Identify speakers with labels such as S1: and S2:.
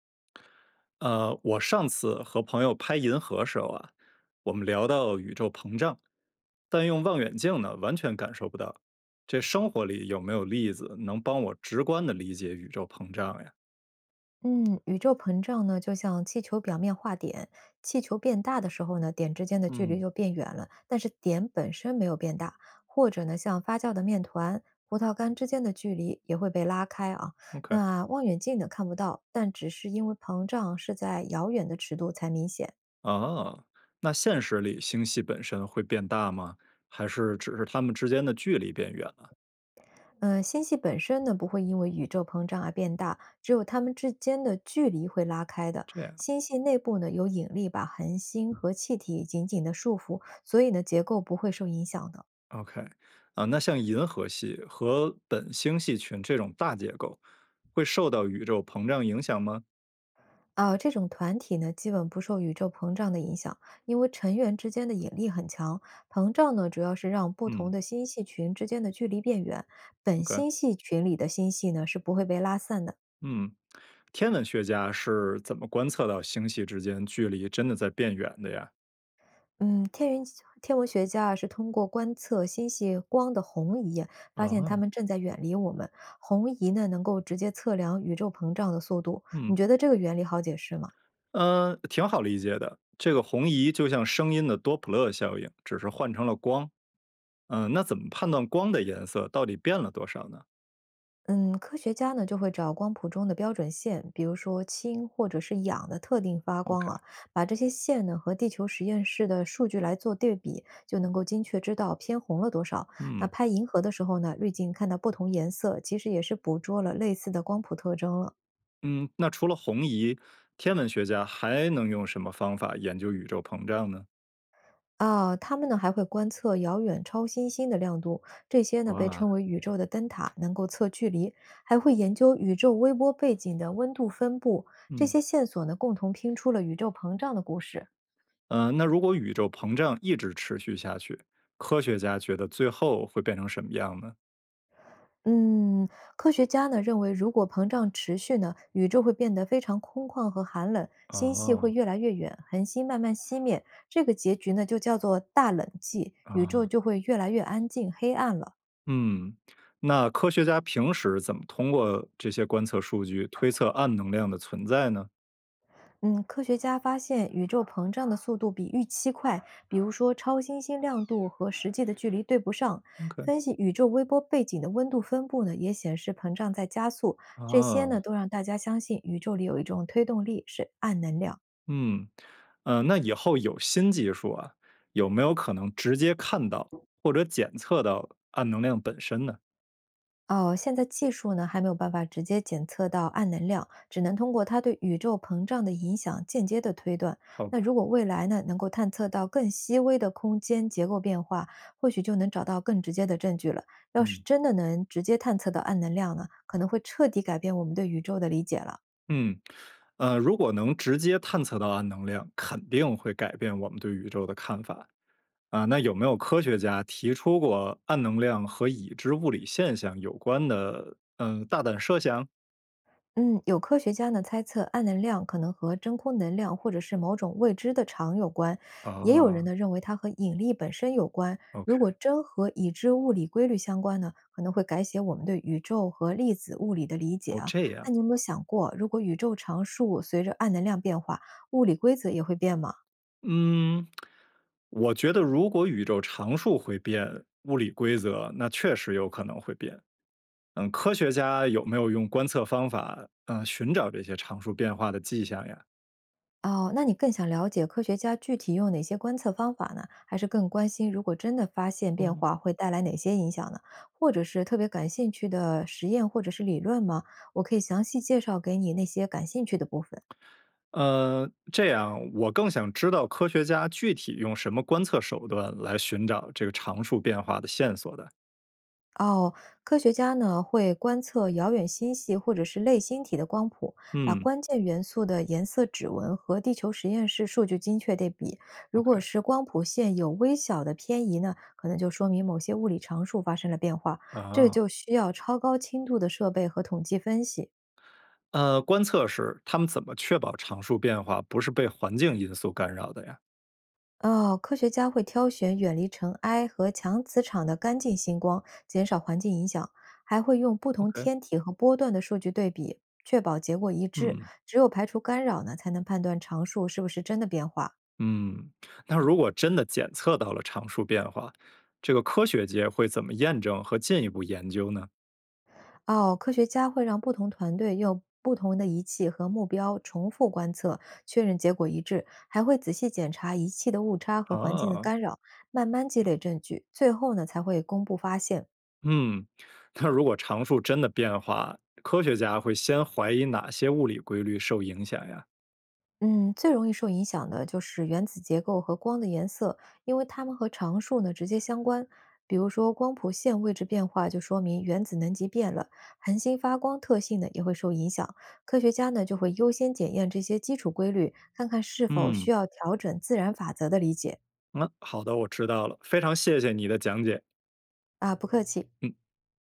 S1: 我上次和朋友拍银河时候啊，我们聊到宇宙膨胀，但用望远镜呢，完全感受不到。这生活里有没有例子能帮我直观的理解宇宙膨胀呀？
S2: 嗯，宇宙膨胀呢，就像气球表面化点，气球变大的时候呢，点之间的距离
S1: 嗯，
S2: 就变远了，但是点本身没有变大。或者呢，像发酵的面团、葡萄干之间的距离也会被拉开啊。
S1: ？OK，
S2: 那望远镜呢看不到，但只是因为膨胀是在遥远的尺度才明显。
S1: 哦，那现实里星系本身会变大吗？还是只是它们之间的距离变远了？
S2: 星系本身呢不会因为宇宙膨胀而变大，只有它们之间的距离会拉开的。
S1: 这样
S2: 星系内部呢有引力把恒星和气体紧紧的束缚，所以呢结构不会受影响的。
S1: ，OK，啊，那像银河系和本星系群这种大结构会受到宇宙膨胀影响吗？
S2: 啊、这种团体呢基本不受宇宙膨胀的影响，因为成员之间的引力很强。膨胀呢主要是让不同
S1: 嗯，
S2: 的星系群之间的距离变远，本
S1: OK，
S2: 星系群里的星系呢是不会被拉散的。
S1: 嗯，天文学家是怎么观测到星系之间距离真的在变远的呀？
S2: 嗯，天文学家啊是通过观测星系光的红移，发现
S1: 啊，
S2: 它们正在远离我们。红移呢，能够直接测量宇宙膨胀的速度。你
S1: 嗯，
S2: 觉得这个原理好解释吗？
S1: 挺好理解的。这个红移就像声音的多普勒效应，只是换成了光。嗯、那怎么判断光的颜色到底变了多少呢
S2: 嗯，科学家呢就会找光谱中的标准线，比如说氢或者是氧的特定发光啊，
S1: ？OK，
S2: 把这些线呢和地球实验室的数据来做对比，就能够精确知道偏红了多少。那
S1: 嗯
S2: 拍银河的时候呢，滤镜看到不同颜色，其实也是捕捉了类似的光谱特征了。
S1: 嗯，那除了红移，天文学家还能用什么方法研究宇宙膨胀呢？
S2: 啊，他们呢还会观测遥远超新星的亮度，这些呢被
S1: 哇，
S2: 称为宇宙的灯塔，能够测距离，还会研究宇宙微波背景的温度分布。这
S1: 嗯
S2: 些线索呢，共同拼出了宇宙膨胀的故事。
S1: 那如果宇宙膨胀一直持续下去，科学家觉得最后会变成什么样呢？
S2: 嗯，科学家呢认为，如果膨胀持续呢，宇宙会变得非常空旷和寒冷，星系会
S1: 哦，
S2: 越来越远，恒星慢慢熄灭。这个结局呢，就叫做大冷季，宇宙
S1: 啊，
S2: 就会越来越安静、黑暗了。
S1: 嗯，那科学家平时怎么通过这些观测数据推测暗能量的存在呢
S2: 嗯，科学家发现宇宙膨胀的速度比预期快，比如说超新星亮度和实际的距离对不上。
S1: ？OK，
S2: 分析宇宙微波背景的温度分布呢，也显示膨胀在加速。这些呢，
S1: 啊，
S2: 都让大家相信宇宙里有一种推动力是暗能量。
S1: 嗯，那以后有新技术啊，有没有可能直接看到或者检测到暗能量本身呢？
S2: 哦，现在技术呢还没有办法直接检测到暗能量，只能通过它对宇宙膨胀的影响间接的推断。
S1: 好
S2: 那
S1: 吧，
S2: 如果未来呢能够探测到更细微的空间结构变化，或许就能找到更直接的证据了。要是
S1: 嗯。
S2: 真的能直接探测到暗能量呢，可能会彻底改变我们对宇宙的理解了。
S1: 嗯，如果能直接探测到暗能量，肯定会改变我们对宇宙的看法。啊，那有没有科学家提出过暗能量和已知物理现象有关的，嗯、大胆设想？
S2: 嗯，有科学家呢猜测，暗能量可能和真空能量或者是某种未知的场有关，也有人
S1: 啊
S2: 呢认为它和引力本身有关。如
S1: ，OK，
S2: 果真和已知物理规律相关呢，可能会改写我们对宇宙和粒子物理的理解
S1: 哦，
S2: 啊。
S1: 这，
S2: 那你有没有想过，如果宇宙常数随着暗能量变化，物理规则也会变吗？
S1: 嗯，我觉得如果宇宙常数会变，物理规则那确实有可能会变。嗯，科学家有没有用观测方法，寻找这些常数变化的迹象呀？
S2: 哦，那你更想了解科学家具体用哪些观测方法呢？还是更关心如果真的发现变
S1: 嗯。
S2: 化会带来哪些影响呢？或者是特别感兴趣的实验或者是理论吗？我可以详细介绍给你那些感兴趣的部分。
S1: 这样我更想知道科学家具体用什么观测手段来寻找这个常数变化的线索的。
S2: 哦，科学家呢会观测遥远星系或者是类星体的光谱，把
S1: 嗯
S2: 关键元素的颜色指纹和地球实验室数据精确对比。如果
S1: ，OK，
S2: 是光谱线有微小的偏移呢，可能就说明某些物理常数发生了变化，这
S1: 啊，
S2: 就需要超高清度的设备和统计分析。
S1: 观测时他们怎么确保常数变化不是被环境因素干扰的呀
S2: 哦，科学家会挑选远离尘埃和强磁场的干净星光，减少环境影响，还会用不同
S1: ？OK，
S2: 天体和波段的数据对比，确保结果一致。
S1: 嗯
S2: 只有排除干扰呢，才能判断常数是不是真的变化。
S1: 嗯，那如果真的检测到了常数变化，这个科学界会怎么验证和进一步研究呢？
S2: 哦，科学家会让不同团队用不同的仪器和目标重复观测，确认结果一致，还会仔细检查仪器的误差和环境的
S1: 啊
S2: 干扰，慢慢积累证据，最后呢才会公布发现。
S1: 嗯，那如果常数真的变化，科学家会先怀疑哪些物理规律受影响呀？
S2: 嗯，最容易受影响的就是原子结构和光的颜色，因为它们和常数呢直接相关。比如说，光谱线位置变化就说明原子能级变了，恒星发光特性呢也会受影响。科学家呢就会优先检验这些基础规律，看看是否
S1: 嗯，
S2: 需要调整自然法则的理解。
S1: 那好的，我知道了，非常谢谢你的讲解。
S2: 啊，不客气。
S1: 嗯。